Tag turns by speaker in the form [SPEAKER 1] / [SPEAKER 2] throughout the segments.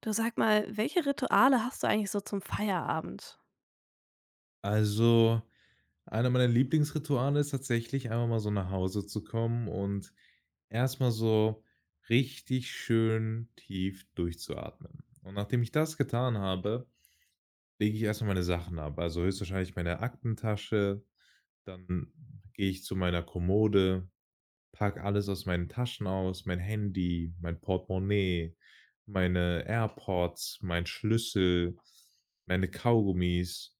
[SPEAKER 1] Du, sag mal, welche Rituale hast du eigentlich so zum Feierabend?
[SPEAKER 2] Also, einer meiner Lieblingsrituale ist tatsächlich, einfach mal so nach Hause zu kommen und erst mal so richtig schön tief durchzuatmen. Und nachdem ich das getan habe, lege ich erst mal meine Sachen ab. Also, höchstwahrscheinlich meine Aktentasche, dann gehe ich zu meiner Kommode, packe alles aus meinen Taschen aus, mein Handy, mein Portemonnaie, meine AirPods, mein Schlüssel, meine Kaugummis.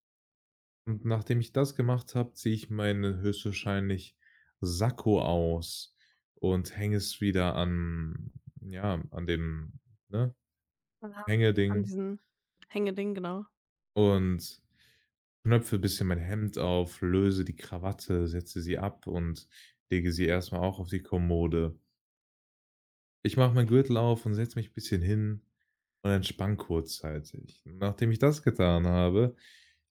[SPEAKER 2] Und nachdem ich das gemacht habe, ziehe ich meinen höchstwahrscheinlich Sakko aus und hänge es wieder an, ja, an dem, ne,
[SPEAKER 1] Aha. An
[SPEAKER 2] Hängeding,
[SPEAKER 1] diesem Hängeding, genau.
[SPEAKER 2] und knöpfe ein bisschen mein Hemd auf, löse die Krawatte, setze sie ab und lege sie erstmal auch auf die Kommode. Ich mache meinen Gürtel auf und setze mich ein bisschen hin und entspanne kurzzeitig. Nachdem ich das getan habe,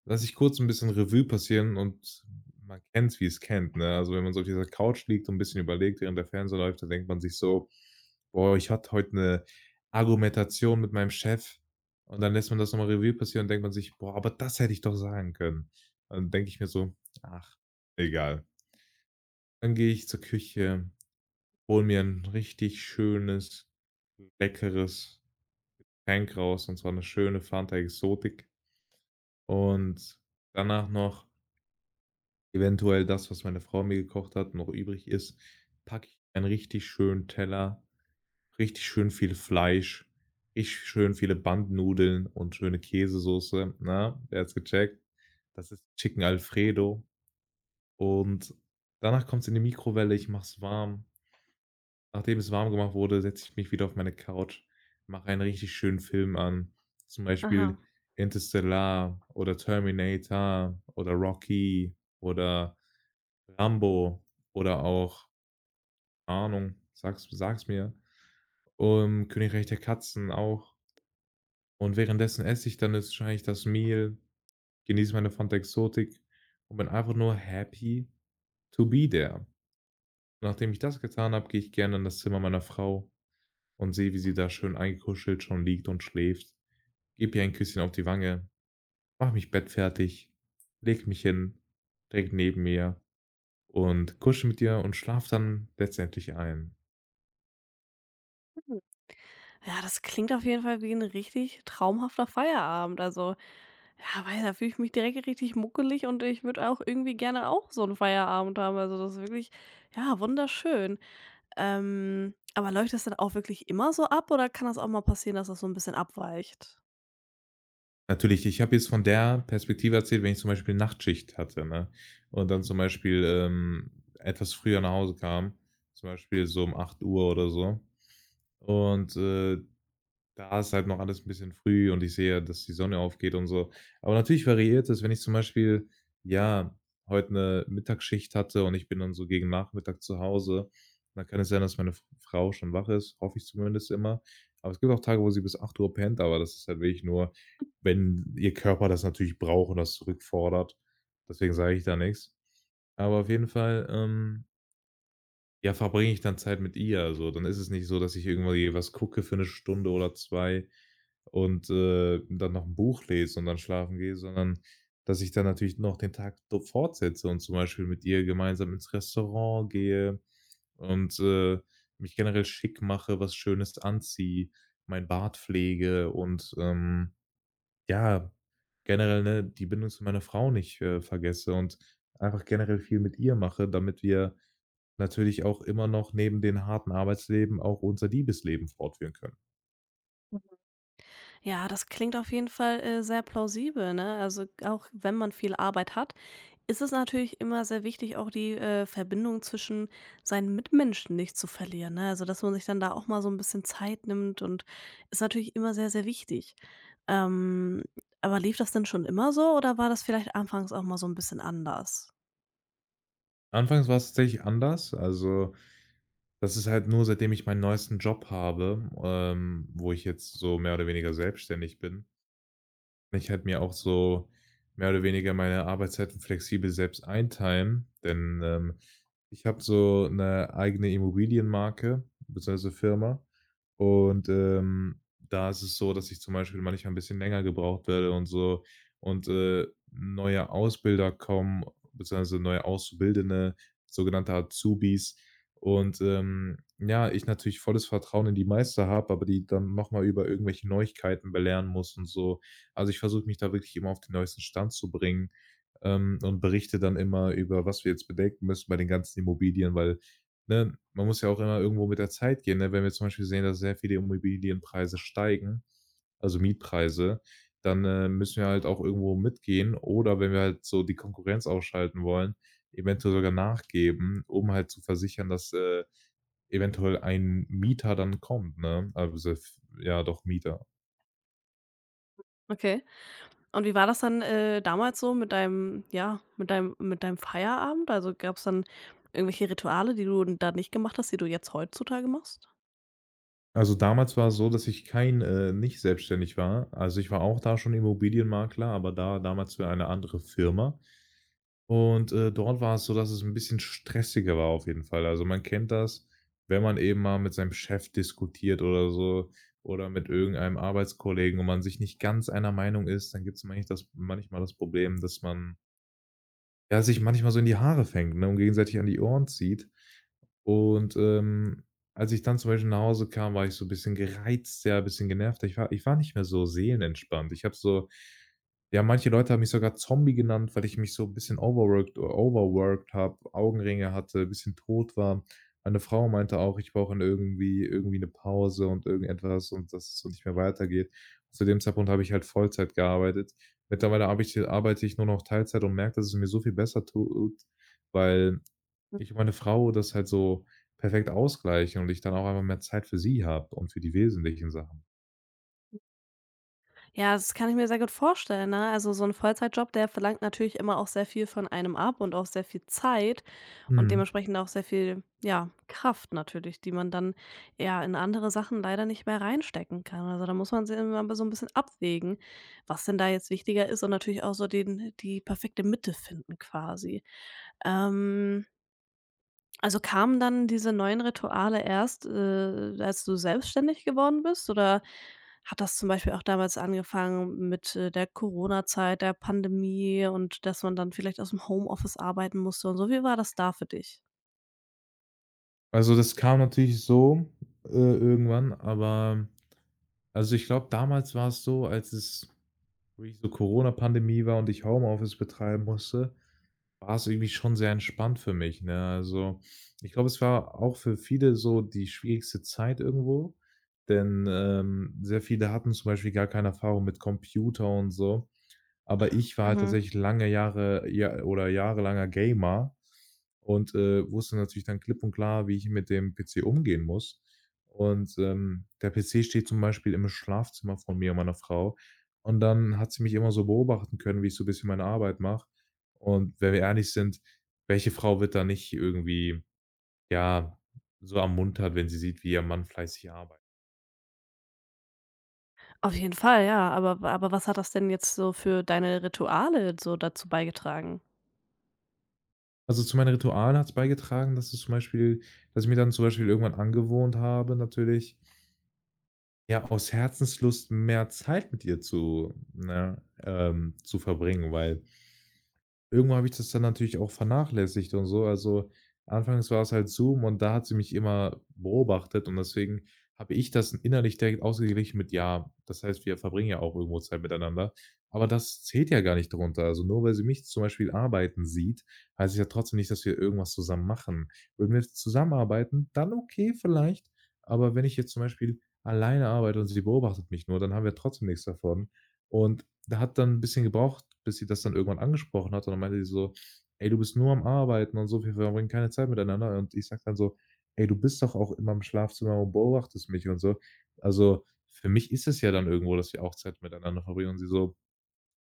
[SPEAKER 2] lasse ich kurz ein bisschen Revue passieren, und man kennt's, wie es kennt, ne? Also, wenn man so auf dieser Couch liegt und ein bisschen überlegt, während der Fernseher läuft, dann denkt man sich so: „Boah, ich hatte heute eine Argumentation mit meinem Chef.“ Und dann lässt man das noch mal Revue passieren und denkt man sich: „Boah, aber das hätte ich doch sagen können.“ Dann denke ich mir so: „Ach, egal.“ Dann gehe ich zur Küche, hole mir ein richtig schönes, leckeres, kein Graus, und zwar eine schöne Fanta Exotik, und danach noch, eventuell das, was meine Frau mir gekocht hat, noch übrig ist, packe ich einen richtig schönen Teller, richtig schön viel Fleisch, richtig schön viele Bandnudeln und schöne Käsesoße. Na, wer hat's gecheckt? Das ist Chicken Alfredo, und danach kommt's in die Mikrowelle, ich mach's warm. Nachdem es warm gemacht wurde, setze ich mich wieder auf meine Couch, mache einen richtig schönen Film an, zum
[SPEAKER 1] Aha.
[SPEAKER 2] Beispiel Interstellar oder Terminator oder Rocky oder Rambo, oder auch, keine Ahnung, sag's mir, Um Königreich der Katzen auch. Und währenddessen esse ich dann jetzt wahrscheinlich das Meal, genieße meine Fanta Exotic und bin einfach nur happy to be there. Nachdem ich das getan habe, gehe ich gerne in das Zimmer meiner Frau und sehe, wie sie da schön eingekuschelt schon liegt und schläft. Gib ihr ein Küsschen auf die Wange, mach mich bettfertig, leg mich hin, direkt neben mir, und kuschel mit dir und schlaf dann letztendlich ein.
[SPEAKER 1] Hm. Ja, das klingt auf jeden Fall wie ein richtig traumhafter Feierabend. Also, ja, weil da fühle ich mich direkt richtig muckelig und ich würde auch irgendwie gerne auch so einen Feierabend haben. Also, das ist wirklich, ja, wunderschön. Aber läuft das dann auch wirklich immer so ab, oder kann das auch mal passieren, dass das so ein bisschen abweicht?
[SPEAKER 2] Natürlich, ich habe jetzt von der Perspektive erzählt, wenn ich zum Beispiel Nachtschicht hatte, ne? Und dann zum Beispiel etwas früher nach Hause kam, zum Beispiel so um 8 Uhr oder so. Und da ist halt noch alles ein bisschen früh und ich sehe, dass die Sonne aufgeht und so. Aber natürlich variiert es, wenn ich zum Beispiel, ja, heute eine Mittagsschicht hatte und ich bin dann so gegen Nachmittag zu Hause, dann kann es sein, dass meine F Frau schon wach ist, hoffe ich zumindest immer. Aber es gibt auch Tage, wo sie bis 8 Uhr pennt, aber das ist halt wirklich nur, wenn ihr Körper das natürlich braucht und das zurückfordert. Deswegen sage ich da nichts. Aber auf jeden Fall, ja, verbringe ich dann Zeit mit ihr. Also dann ist es nicht so, dass ich irgendwie was gucke für eine Stunde oder 2 und, dann noch ein Buch lese und dann schlafen gehe, sondern dass ich dann natürlich noch den Tag do fortsetze und zum Beispiel mit ihr gemeinsam ins Restaurant gehe und, mich generell schick mache, was Schönes anziehe, mein Bart pflege und, ja, generell, ne, die Bindung zu meiner Frau nicht, vergesse und einfach generell viel mit ihr mache, damit wir natürlich auch immer noch neben dem harten Arbeitsleben auch unser Liebesleben fortführen können.
[SPEAKER 1] Ja, das klingt auf jeden Fall, sehr plausibel, ne? Also, auch wenn man viel Arbeit hat, ist es natürlich immer sehr wichtig, auch die, Verbindung zwischen seinen Mitmenschen nicht zu verlieren, ne? Also, dass man sich dann da auch mal so ein bisschen Zeit nimmt, und ist natürlich immer sehr, sehr wichtig. Ähm, aber lief das denn schon immer so, oder war das vielleicht anfangs auch mal so ein bisschen anders?
[SPEAKER 2] Anfangs war es tatsächlich anders. Also, das ist halt nur, seitdem ich meinen neuesten Job habe, wo ich jetzt so mehr oder weniger selbstständig bin, ich halt mir auch so mehr oder weniger meine Arbeitszeiten flexibel selbst einteilen, denn, ich habe so eine eigene Immobilienmarke bzw. Firma und, da ist es so, dass ich zum Beispiel manchmal ein bisschen länger gebraucht werde und so, und, neue Ausbilder kommen, bzw. neue Auszubildende, sogenannte Azubis, und, ja, ich natürlich volles Vertrauen in die Meister habe, aber die dann noch mal über irgendwelche Neuigkeiten belehren muss und so. Also, ich versuche mich da wirklich immer auf den neuesten Stand zu bringen, und berichte dann immer über, was wir jetzt bedenken müssen bei den ganzen Immobilien, weil, ne, man muss ja auch immer irgendwo mit der Zeit gehen, ne? Wenn wir zum Beispiel sehen, dass sehr viele Immobilienpreise steigen, also Mietpreise, dann, müssen wir halt auch irgendwo mitgehen, oder wenn wir halt so die Konkurrenz ausschalten wollen, eventuell sogar nachgeben, um halt zu versichern, dass, eventuell ein Mieter dann kommt, ne? Also, f ja doch, Mieter.
[SPEAKER 1] Okay. Und wie war das dann, damals so mit deinem, ja, mit deinem Feierabend? Also, gab es dann irgendwelche Rituale, die du da nicht gemacht hast, die du jetzt heutzutage machst?
[SPEAKER 2] Also, damals war es so, dass ich kein nicht selbstständig war. Also, ich war auch da schon Immobilienmakler, aber da damals für eine andere Firma. Und, dort war es so, dass es ein bisschen stressiger war auf jeden Fall. Also, man kennt das, wenn man eben mal mit seinem Chef diskutiert oder so, oder mit irgendeinem Arbeitskollegen und man sich nicht ganz einer Meinung ist, dann gibt's manchmal das Problem, dass man, ja, sich manchmal so in die Haare fängt, ne, und gegenseitig an die Ohren zieht. Und, als ich dann zum Beispiel nach Hause kam, war ich so ein bisschen gereizt, ja, ein bisschen genervt. Ich war nicht mehr so seelenentspannt. Ich habe so, ja, manche Leute haben mich sogar Zombie genannt, weil ich mich so ein bisschen overworked habe, Augenringe hatte, ein bisschen tot war. Meine Frau meinte auch, ich brauche irgendwie eine Pause und irgendetwas und dass es so nicht mehr weitergeht. Zu dem Zeitpunkt habe ich halt Vollzeit gearbeitet. Mittlerweile habe ich arbeite ich nur noch Teilzeit und merke, dass es mir so viel besser tut, weil ich und meine Frau das halt so perfekt ausgleichen und ich dann auch einfach mehr Zeit für sie habe und für die wesentlichen Sachen.
[SPEAKER 1] Ja, das kann ich mir sehr gut vorstellen, ne? Also, so ein Vollzeitjob, der verlangt natürlich immer auch sehr viel von einem ab und auch sehr viel Zeit und
[SPEAKER 2] Mhm.
[SPEAKER 1] dementsprechend auch sehr viel, ja, Kraft natürlich, die man dann, ja, in andere Sachen leider nicht mehr reinstecken kann. Also, da muss man sich immer so ein bisschen abwägen, was denn da jetzt wichtiger ist und natürlich auch so den die perfekte Mitte finden quasi. Ähm also, kamen dann diese neuen Rituale erst, als du selbstständig geworden bist, oder hat das zum Beispiel auch damals angefangen mit, der Corona-Zeit, der Pandemie, und dass man dann vielleicht aus dem Homeoffice arbeiten musste und so? Wie war das da für dich?
[SPEAKER 2] Also, das kam natürlich so, irgendwann, aber also, ich glaube, damals war es so, als es, wo ich so Corona-Pandemie war und ich Homeoffice betreiben musste, war es irgendwie schon sehr entspannt für mich, ne? Also, ich glaube, es war auch für viele so die schwierigste Zeit irgendwo, denn, sehr viele hatten zum Beispiel gar keine Erfahrung mit Computer und so. Aber ich war halt
[SPEAKER 1] Mhm.
[SPEAKER 2] tatsächlich lange Jahre, ja, oder jahrelanger Gamer und, wusste natürlich dann klipp und klar, wie ich mit dem PC umgehen muss. Und, der PC steht zum Beispiel im Schlafzimmer von mir und meiner Frau. Und dann hat sie mich immer so beobachten können, wie ich so ein bisschen meine Arbeit mache. Und wenn wir ehrlich sind, welche Frau wird da nicht irgendwie, ja, so ermuntert, wenn sie sieht, wie ihr Mann fleißig arbeitet?
[SPEAKER 1] Auf jeden Fall, ja, aber was hat das denn jetzt so für deine Rituale so dazu beigetragen?
[SPEAKER 2] Also, zu meinen Ritualen hat's beigetragen, dass es zum Beispiel, dass ich mir dann zum Beispiel irgendwann angewohnt habe, natürlich, ja, aus Herzenslust mehr Zeit mit ihr zu, ne, zu verbringen, weil irgendwann habe ich das dann natürlich auch vernachlässigt und so. Also, anfangs war es halt Zoom und da hat sie mich immer beobachtet und deswegen habe ich das innerlich direkt ausgeglichen mit, ja, das heißt, wir verbringen ja auch irgendwo Zeit miteinander. Aber das zählt ja gar nicht drunter. Also, nur weil sie mich zum Beispiel arbeiten sieht, heißt es ja trotzdem nicht, dass wir irgendwas zusammen machen. Wenn wir zusammenarbeiten, dann okay vielleicht, aber wenn ich jetzt zum Beispiel alleine arbeite und sie beobachtet mich nur, dann haben wir trotzdem nichts davon. Und da hat dann 'n bisschen gebraucht, bis sie das dann irgendwann angesprochen hat und dann meinte sie so: „Ey, du bist nur am Arbeiten und so, wir verbringen keine Zeit miteinander.“ Und ich sage dann so: „Ey, du bist doch auch immer im Schlafzimmer und beobachtest mich und so.“ Also, für mich ist es ja dann irgendwo, dass wir auch Zeit miteinander verbringen und sie so: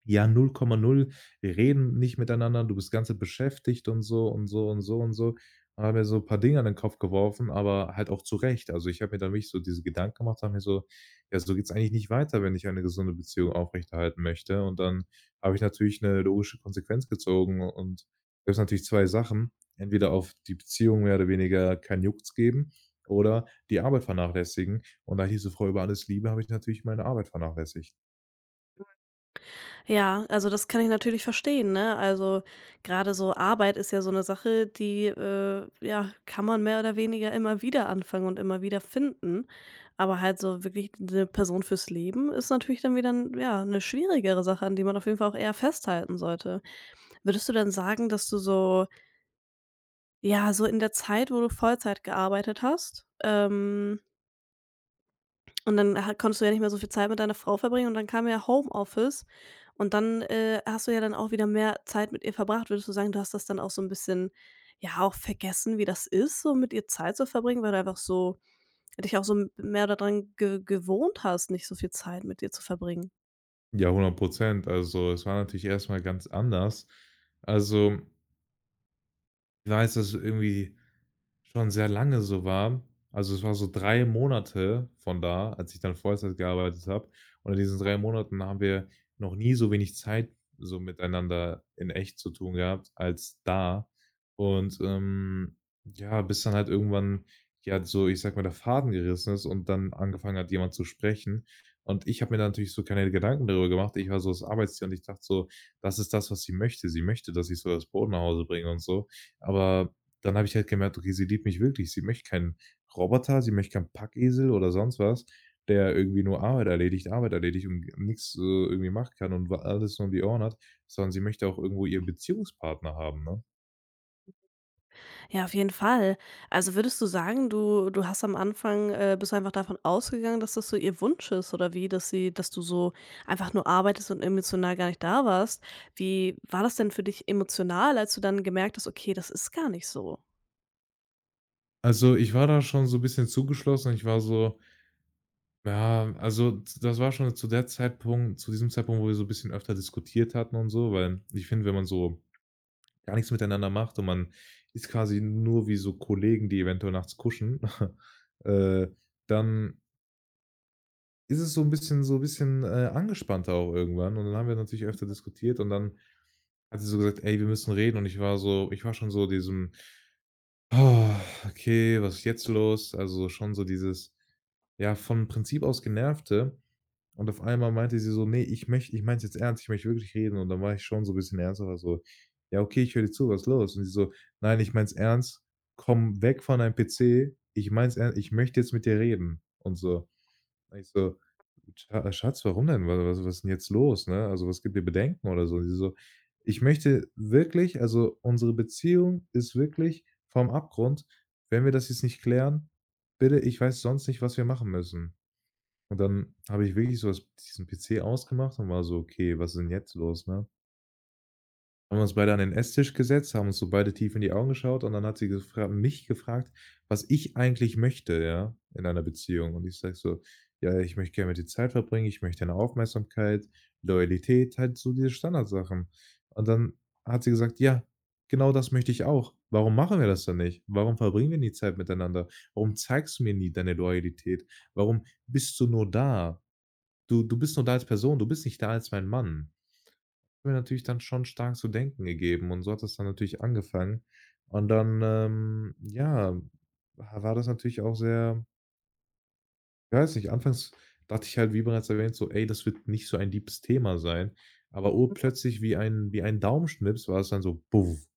[SPEAKER 2] ja, null Komma null. Wir reden nicht miteinander, du bist ganz beschäftigt und so und so und so und so. Und habe mir so 'n paar Dinge an den Kopf geworfen, aber halt auch zu Recht. Also, ich habe mir dann wirklich so diese Gedanken gemacht, habe mir so: „Ja, so geht's eigentlich nicht weiter, wenn ich eine gesunde Beziehung aufrechterhalten möchte.“ Und dann habe ich natürlich eine logische Konsequenz gezogen und gab's natürlich 2 Sachen. Entweder auf die Beziehung mehr oder weniger kein Jucks geben oder die Arbeit vernachlässigen. Und da ich diese Frau über alles liebe, habe ich natürlich meine Arbeit vernachlässigt.
[SPEAKER 1] Ja, also das kann ich natürlich verstehen, ne? Also, gerade so Arbeit ist ja so eine Sache, die, ja, kann man mehr oder weniger immer wieder anfangen und immer wieder finden. Aber halt so wirklich eine Person fürs Leben ist natürlich dann wieder 'n, ja, 'ne schwierigere Sache, an die man auf jeden Fall auch eher festhalten sollte. Würdest du denn sagen, dass du so, ja, so in der Zeit, wo du Vollzeit gearbeitet hast, und dann ha konntest du ja nicht mehr so viel Zeit mit deiner Frau verbringen, und dann kam ja Homeoffice, und dann, hast du ja dann auch wieder mehr Zeit mit ihr verbracht. Würdest du sagen, du hast das dann auch so ein bisschen, ja, auch vergessen, wie das ist, so mit ihr Zeit zu verbringen, weil du einfach so dich auch so m mehr daran ge gewohnt hast, nicht so viel Zeit mit ihr zu verbringen?
[SPEAKER 2] Ja, 100%. Also, es war natürlich erst mal ganz anders. Also, ich weiß, dass irgendwie schon sehr lange so war. Also, es war so 3 Monate von da, als ich dann Vollzeit gearbeitet habe. Und in diesen 3 Monaten haben wir noch nie so wenig Zeit so miteinander in echt zu tun gehabt als da. Und, ähm, ja, bis dann halt irgendwann, ja, so, ich sag mal, der Faden gerissen ist und dann angefangen hat, jemand zu sprechen. Und ich habe mir da natürlich so keine Gedanken darüber gemacht. Ich war so das Arbeitstier und ich dachte so: „Das ist das, was sie möchte. Sie möchte, dass ich so das Brot nach Hause bringe und so.“ Aber dann habe ich halt gemerkt, okay, sie liebt mich wirklich. Sie möchte keinen Roboter, sie möchte keinen Packesel oder sonst was, der irgendwie nur Arbeit erledigt und nichts irgendwie machen kann und wa alles nur um die Ohren hat, sondern sie möchte auch irgendwo ihren Beziehungspartner haben, ne?
[SPEAKER 1] Ja, auf jeden Fall. Also, würdest du sagen, du du hast am Anfang bist du einfach davon ausgegangen, dass das so ihr Wunsch ist, oder wie, dass sie dass du so einfach nur arbeitest und emotional gar nicht da warst. Wie war das denn für dich emotional, als du dann gemerkt hast: „Okay, das ist gar nicht so?“
[SPEAKER 2] Also, ich war da schon so 'n bisschen zugeschlossen. Ich war so ja, also, z das war schon zu der Zeitpunkt zu diesem Zeitpunkt, wo wir so 'n bisschen öfter diskutiert hatten und so, weil ich finde, wenn man so gar nichts miteinander macht und man ist quasi nur wie so Kollegen, die eventuell nachts kuschen, äh, dann ist es so ein bisschen so ein bisschen angespannter auch irgendwann und dann haben wir natürlich öfter diskutiert und dann hat sie so gesagt: „Ey, wir müssen reden“, und ich war so, ich war schon so diesem: oh, „Okay, was ist jetzt los?“ Also, schon so dieses, ja, vom Prinzip aus Genervte. Und auf einmal meinte sie so: „Nee, ich möchte, ich meinte jetzt ernst, ich möchte wirklich reden.“ Und dann war ich schon so ein bisschen ernsthaft so: „Ja, okay, ich höre dir zu, was ist los?“ Und sie so: „Nein, ich meins ernst. Komm weg von deinem PC. Ich meins ernst. Ich möchte jetzt mit dir reden.“ Und so. Und ich so: „Schatz, warum denn? Wa was was ist 'n jetzt los, ne? Also, was gibt dir Bedenken oder so?“ Und sie so: „Ich möchte wirklich, also, unsere Beziehung ist wirklich vom Abgrund. Wenn wir das jetzt nicht klären, bitte, ich weiß sonst nicht, was wir machen müssen.“ Und dann habe ich wirklich so das diesen PC ausgemacht und war so: „Okay, was ist denn jetzt los?“, ne? Haben wir uns beide an den Esstisch gesetzt, haben uns so beide tief in die Augen geschaut und dann hat sie gefra mich gefragt, was ich eigentlich möchte, ja, in einer Beziehung. Und ich sage so: „Ja, ich möchte gerne mit dir Zeit verbringen, ich möchte deine Aufmerksamkeit, Loyalität“, halt so diese Standardsachen. Und dann hat sie gesagt: „Ja, genau das möchte ich auch. Warum machen wir das dann nicht? Warum verbringen wir nie Zeit miteinander? Warum zeigst du mir nie deine Loyalität? Warum bist du nur da? Du bist nur da als Person, du bist nicht da als mein Mann.“ Hat mir natürlich dann schon stark zu denken gegeben und so hat das dann natürlich angefangen. Und dann, ja, war das natürlich auch sehr, ich weiß nicht, anfangs dachte ich halt, wie bereits erwähnt, so: „Ey, das wird nicht so ein liebes Thema sein.“ Aber urplötzlich wie ein Daumenschnips war es dann so: „Buff.“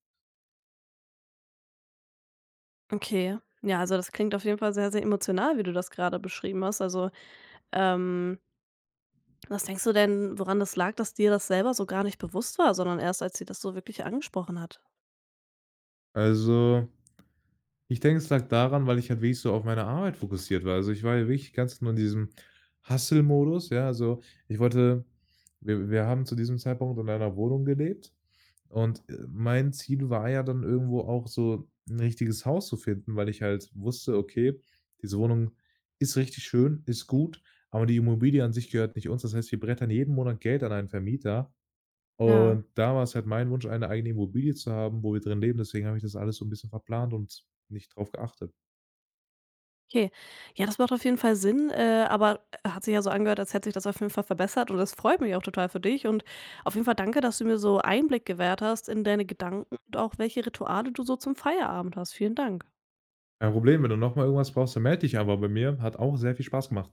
[SPEAKER 1] Okay. Ja, also das klingt auf jeden Fall sehr, sehr emotional, wie du das gerade beschrieben hast. Also, ähm, was denkst du denn, woran das lag, dass dir das selber so gar nicht bewusst war, sondern erst, als sie das so wirklich angesprochen hat?
[SPEAKER 2] Also, ich denke, es lag daran, weil ich halt wirklich so auf meine Arbeit fokussiert war. Also, ich war ja wirklich ganz nur in diesem Hustle-Modus, ja? Also, ich wollte, wir haben zu diesem Zeitpunkt in einer Wohnung gelebt und, mein Ziel war ja dann irgendwo auch so ein richtiges Haus zu finden, weil ich halt wusste: „Okay, diese Wohnung ist richtig schön, ist gut, aber die Immobilie an sich gehört nicht uns.“ Das heißt, wir brettern jeden Monat Geld an einen Vermieter
[SPEAKER 1] Ja.
[SPEAKER 2] und da war's halt mein Wunsch, eine eigene Immobilie zu haben, wo wir drin leben. Deswegen habe ich das alles so 'n bisschen verplant und nicht drauf geachtet.
[SPEAKER 1] Okay. Ja, das macht auf jeden Fall Sinn, aber hat sich ja so angehört, als hätte sich das auf jeden Fall verbessert, und das freut mich auch total für dich. Und auf jeden Fall danke, dass du mir so Einblick gewährt hast in deine Gedanken und auch welche Rituale du so zum Feierabend hast. Vielen Dank.
[SPEAKER 2] Kein Problem, wenn du noch mal irgendwas brauchst, dann melde dich einfach bei mir. Hat auch sehr viel Spaß gemacht.